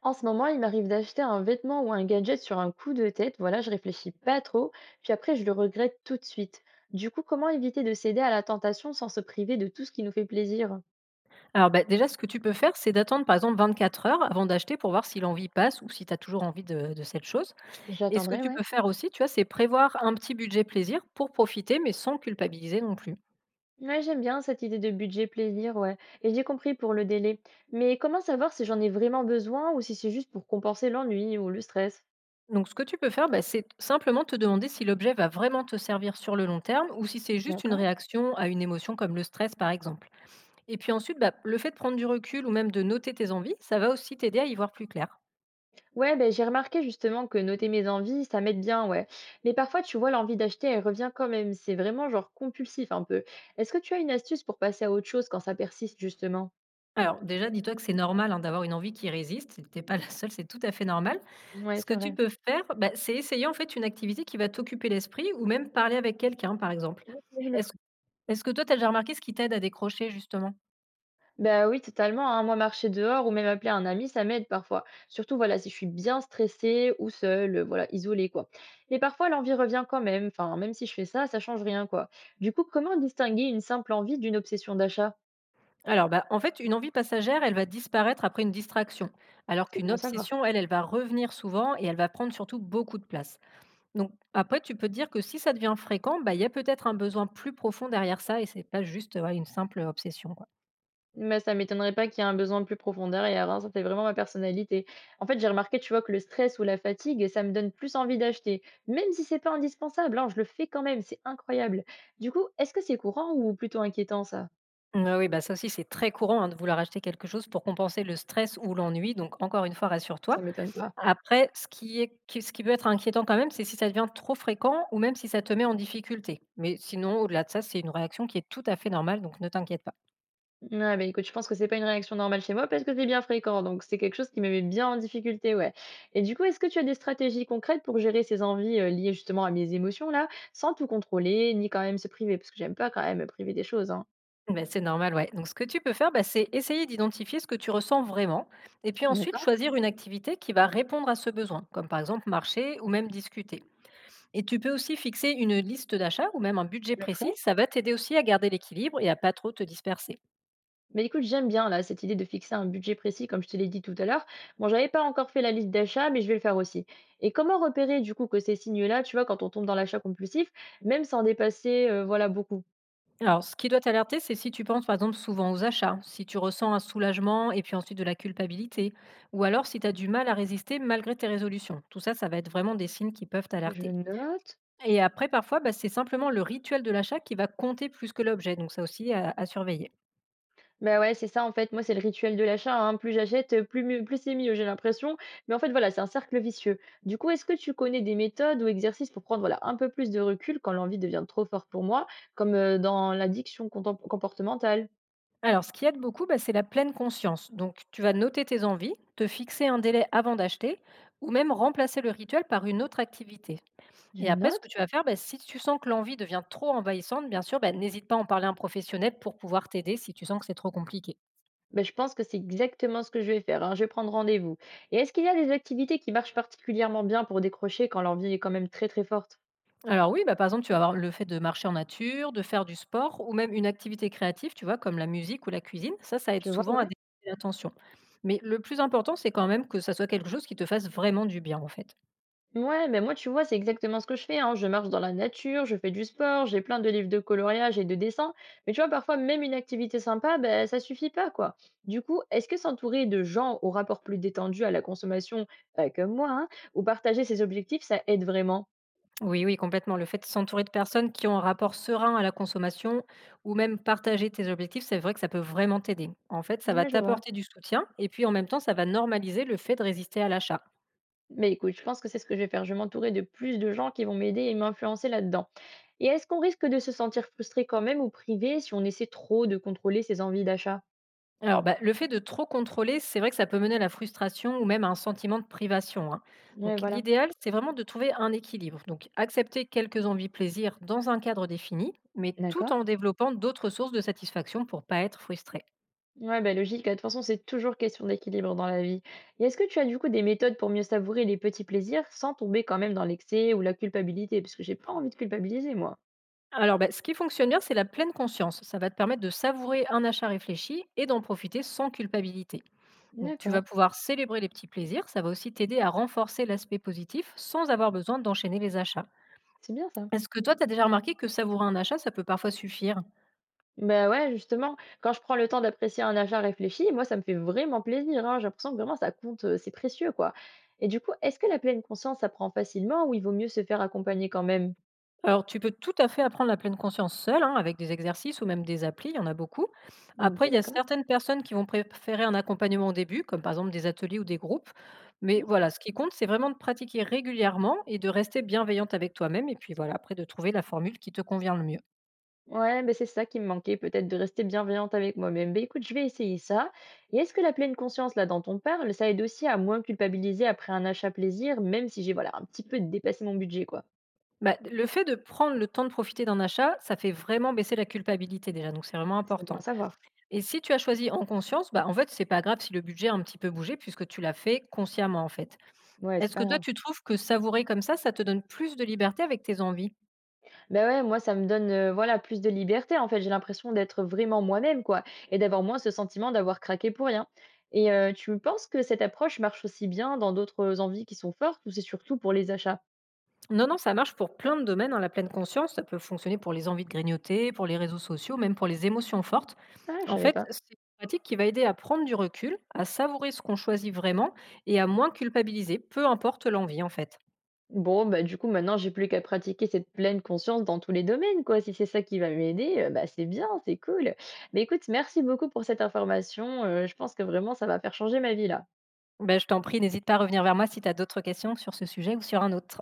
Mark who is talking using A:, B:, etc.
A: En ce moment, il m'arrive d'acheter un vêtement ou un gadget sur un coup de tête. Voilà, je réfléchis pas trop, puis après, je le regrette tout de suite. Du coup, comment éviter de céder à la tentation sans se priver de tout ce qui nous fait plaisir?
B: Alors, bah, déjà, ce que tu peux faire, c'est d'attendre par exemple 24 heures avant d'acheter pour voir si l'envie passe ou si tu as toujours envie de cette chose. Et ce que
A: J'attendrai,
B: tu
A: ouais.
B: peux faire aussi, tu vois, c'est prévoir un petit budget plaisir pour profiter, mais sans culpabiliser non plus.
A: Ouais, j'aime bien cette idée de budget plaisir, ouais. Et j'ai compris pour le délai. Mais comment savoir si j'en ai vraiment besoin ou si c'est juste pour compenser l'ennui ou le stress?
B: Donc, ce que tu peux faire, bah, c'est simplement te demander si l'objet va vraiment te servir sur le long terme ou si c'est juste une
A: D'accord?
B: réaction à une émotion comme le stress, par exemple. Et puis ensuite, bah, le fait de prendre du recul ou même de noter tes envies, ça va aussi t'aider à y voir plus clair.
A: Ouais, ben, j'ai remarqué justement que noter mes envies, ça m'aide bien, ouais. Mais parfois, tu vois, l'envie d'acheter, elle revient quand même. C'est vraiment genre compulsif un peu. Est-ce que tu as une astuce pour passer à autre chose quand ça persiste, justement?
B: Alors déjà, dis-toi que c'est normal, hein, d'avoir une envie qui résiste. Tu es pas la seule, c'est tout à fait normal.
A: Ouais,
B: Ce que
A: c'est
B: tu
A: vrai.
B: peux faire, bah, c'est essayer en fait une activité qui va t'occuper l'esprit ou même parler avec quelqu'un, par exemple.
A: Je je le
B: Est-ce
A: ferai.
B: est-ce que toi, tu as déjà remarqué ce qui t'aide à décrocher justement?
A: Bah oui, totalement, hein. Moi, marcher dehors ou même appeler un ami, ça m'aide parfois. Surtout, voilà, si je suis bien stressée ou seule, voilà, isolée, quoi. Mais parfois, l'envie revient quand même. Enfin, même si je fais ça, ça change rien, quoi. Du coup, comment distinguer une simple envie d'une obsession d'achat?
B: Alors, bah, en fait, une envie passagère, elle va disparaître après une distraction, alors
A: C'est bon
B: qu'une
A: à savoir.
B: obsession, elle, elle va revenir souvent et elle va prendre surtout beaucoup de place. Donc après, tu peux te dire que si ça devient fréquent, bah, il y a peut-être un besoin plus profond derrière ça et c'est pas juste, ouais, une simple obsession, quoi.
A: Mais ça m'étonnerait pas qu'il y ait un besoin plus profond derrière, hein, ça fait vraiment ma personnalité. En fait, j'ai remarqué, tu vois, que le stress ou la fatigue, ça me donne plus envie d'acheter. Même si c'est pas indispensable, hein, je le fais quand même, c'est incroyable. Du coup, est-ce que c'est courant ou plutôt inquiétant ça?
B: Mmh, oui, oui, bah, ça aussi, c'est très courant, hein, de vouloir acheter quelque chose pour compenser le stress ou l'ennui, donc encore une fois,
A: Ça
B: rassure-toi.
A: m'étonne pas.
B: Après, ce qui peut être inquiétant quand même, c'est si ça devient trop fréquent ou même si ça te met en difficulté. Mais sinon, au-delà de ça, c'est une réaction qui est tout à fait normale, donc ne t'inquiète pas.
A: Ouais, bah écoute, je pense que c'est pas une réaction normale chez moi parce que c'est bien fréquent, donc c'est quelque chose qui me met bien en difficulté, ouais. Et du coup, est-ce que tu as des stratégies concrètes pour gérer ces envies liées justement à mes émotions là, sans tout contrôler, ni quand même se priver, parce que j'aime pas quand même me priver des choses, hein.
B: Ben c'est normal, ouais. Donc ce que tu peux faire, bah, c'est essayer d'identifier ce que tu ressens vraiment et puis ensuite
A: D'accord,
B: choisir une activité qui va répondre à ce besoin, comme par exemple marcher ou même discuter. Et tu peux aussi fixer une liste d'achats ou même un budget
A: je le
B: précis.
A: ferai.
B: Ça va t'aider aussi à garder l'équilibre et à pas trop te disperser.
A: Mais écoute, j'aime bien là cette idée de fixer un budget précis, comme je te l'ai dit tout à l'heure. Bon, j'avais pas encore fait la liste d'achats, mais je vais le faire aussi. Et comment repérer du coup que ces signaux-là, tu vois, quand on tombe dans l'achat compulsif, même sans dépasser, voilà, beaucoup.
B: Alors, ce qui doit t'alerter, c'est si tu penses par exemple souvent aux achats, si tu ressens un soulagement et puis ensuite de la culpabilité, ou alors si tu as du mal à résister malgré tes résolutions. Tout ça, ça va être vraiment des signes qui peuvent
A: Je
B: t'alerter.
A: note.
B: Et après, parfois, bah, c'est simplement le rituel de l'achat qui va compter plus que l'objet. Donc, ça aussi à surveiller.
A: Bah ouais, c'est ça en fait. Moi, c'est le rituel de l'achat, hein. Plus j'achète, plus c'est mieux, j'ai l'impression. Mais en fait, voilà, c'est un cercle vicieux. Du coup, est-ce que tu connais des méthodes ou exercices pour prendre voilà un peu plus de recul quand l'envie devient trop forte pour moi, comme dans l'addiction comportementale?
B: Alors, ce qui aide beaucoup, bah, c'est la pleine conscience. Donc, tu vas noter tes envies, te fixer un délai avant d'acheter, ou même remplacer le rituel par une autre activité. Et
A: Je
B: après, ce
A: note.
B: que tu vas faire, bah, si tu sens que l'envie devient trop envahissante, bien sûr, bah, n'hésite pas à en parler à un professionnel pour pouvoir t'aider si tu sens que c'est trop compliqué.
A: Ben je pense que c'est exactement ce que je vais faire, hein, je vais prendre rendez-vous. Et est-ce qu'il y a des activités qui marchent particulièrement bien pour décrocher quand l'envie est quand même très très forte?
B: Alors oui, bah, par exemple, tu vas avoir le fait de marcher en nature, de faire du sport, ou même une activité créative, tu vois, comme la musique ou la cuisine. Ça aide
A: Je vois,
B: souvent à
A: ouais.
B: dégager l'attention. Mais le plus important, c'est quand même que ça soit quelque chose qui te fasse vraiment du bien, en fait.
A: Ouais, mais moi, tu vois, c'est exactement ce que je fais, hein. Je marche dans la nature, je fais du sport, j'ai plein de livres de coloriage et de dessin. Mais tu vois, parfois, même une activité sympa, ben, ça suffit pas, quoi. Du coup, est-ce que s'entourer de gens au rapport plus détendu à la consommation, comme moi, hein, ou partager ses objectifs, ça aide vraiment?
B: Oui, oui, complètement. Le fait de s'entourer de personnes qui ont un rapport serein à la consommation ou même partager tes objectifs, c'est vrai que ça peut vraiment t'aider. En fait, ça va
A: Ouais, je vois.
B: t'apporter du soutien et puis en même temps, ça va normaliser le fait de résister à l'achat.
A: Mais écoute, je pense que c'est ce que je vais faire. Je vais m'entourer de plus de gens qui vont m'aider et m'influencer là-dedans. Et est-ce qu'on risque de se sentir frustré quand même ou privé si on essaie trop de contrôler ses envies d'achat?
B: Alors, bah, le fait de trop contrôler, c'est vrai que ça peut mener à la frustration ou même à un sentiment de privation, hein.
A: Ouais,
B: Donc,
A: voilà.
B: l'idéal, c'est vraiment de trouver un équilibre. Donc, accepter quelques envies plaisir dans un cadre défini, mais tout
A: D'accord.
B: en développant d'autres sources de satisfaction pour pas être frustré.
A: Ouais, bah logique. Bah, de toute façon, c'est toujours question d'équilibre dans la vie. Et est-ce que tu as du coup des méthodes pour mieux savourer les petits plaisirs sans tomber quand même dans l'excès ou la culpabilité? Parce que j'ai pas envie de culpabiliser, moi.
B: Alors, bah, ce qui fonctionne bien, c'est la pleine conscience. Ça va te permettre de savourer un achat réfléchi et d'en profiter sans culpabilité. Donc, tu vas
A: D'accord.
B: pouvoir célébrer les petits plaisirs. Ça va aussi t'aider à renforcer l'aspect positif sans avoir besoin d'enchaîner les achats.
A: C'est bien ça.
B: Est-ce que toi, tu as déjà remarqué que savourer un achat, ça peut parfois suffire?
A: Bah, ouais, justement, quand je prends le temps d'apprécier un achat réfléchi, moi, ça me fait vraiment plaisir, hein. J'ai l'impression que vraiment ça compte, c'est précieux, quoi. Et du coup, est-ce que la pleine conscience s'apprend facilement ou il vaut mieux se faire accompagner quand même?
B: Alors, tu peux tout à fait apprendre la pleine conscience seule, hein, avec des exercices ou même des applis, il y en a beaucoup. Après,
A: OK,
B: il y a
A: d'accord.
B: certaines personnes qui vont préférer un accompagnement au début, comme par exemple des ateliers ou des groupes. Mais voilà, ce qui compte, c'est vraiment de pratiquer régulièrement et de rester bienveillante avec toi-même. Et puis voilà, après, de trouver la formule qui te convient le mieux.
A: Ouais, beh, c'est ça qui me manquait peut-être de rester bienveillante avec moi-même. Ben écoute, je vais essayer ça. Et est-ce que la pleine conscience, là, dont on parle, ça aide aussi à moins culpabiliser après un achat plaisir, même si j'ai, voilà, un petit peu dépassé mon budget, quoi?
B: Bah, le fait de prendre le temps de profiter d'un achat, ça fait vraiment baisser la culpabilité déjà, donc c'est vraiment
A: C'est bon à
B: important.
A: savoir.
B: Et si tu as choisi en conscience, bah, en fait, c'est pas grave si le budget a un petit peu bougé, puisque tu l'as fait consciemment en fait.
A: Ouais, c'est
B: Est-ce
A: pas
B: que toi,
A: grave.
B: tu trouves que savourer comme ça te donne plus de liberté avec tes envies?
A: Ben ouais, moi ça me donne, voilà, plus de liberté, en fait. J'ai l'impression d'être vraiment moi-même, quoi, et d'avoir moins ce sentiment d'avoir craqué pour rien, et tu penses que cette approche marche aussi bien dans d'autres envies qui sont fortes ou c'est surtout pour les achats?
B: Non, non, ça marche pour plein de domaines, hein, la pleine conscience, ça peut fonctionner pour les envies de grignoter, pour les réseaux sociaux, même pour les émotions fortes.
A: Ah, je
B: En
A: savais
B: fait,
A: pas.
B: c'est une pratique qui va aider à prendre du recul, à savourer ce qu'on choisit vraiment et à moins culpabiliser, peu importe l'envie en fait.
A: Bon, bah, du coup, maintenant j'ai plus qu'à pratiquer cette pleine conscience dans tous les domaines, quoi. Si c'est ça qui va m'aider, bah, c'est bien, c'est cool. Mais écoute, merci beaucoup pour cette information, je pense que vraiment ça va faire changer ma vie, là.
B: Ben, je t'en prie, n'hésite pas à revenir vers moi si tu as d'autres questions sur ce sujet ou sur un autre.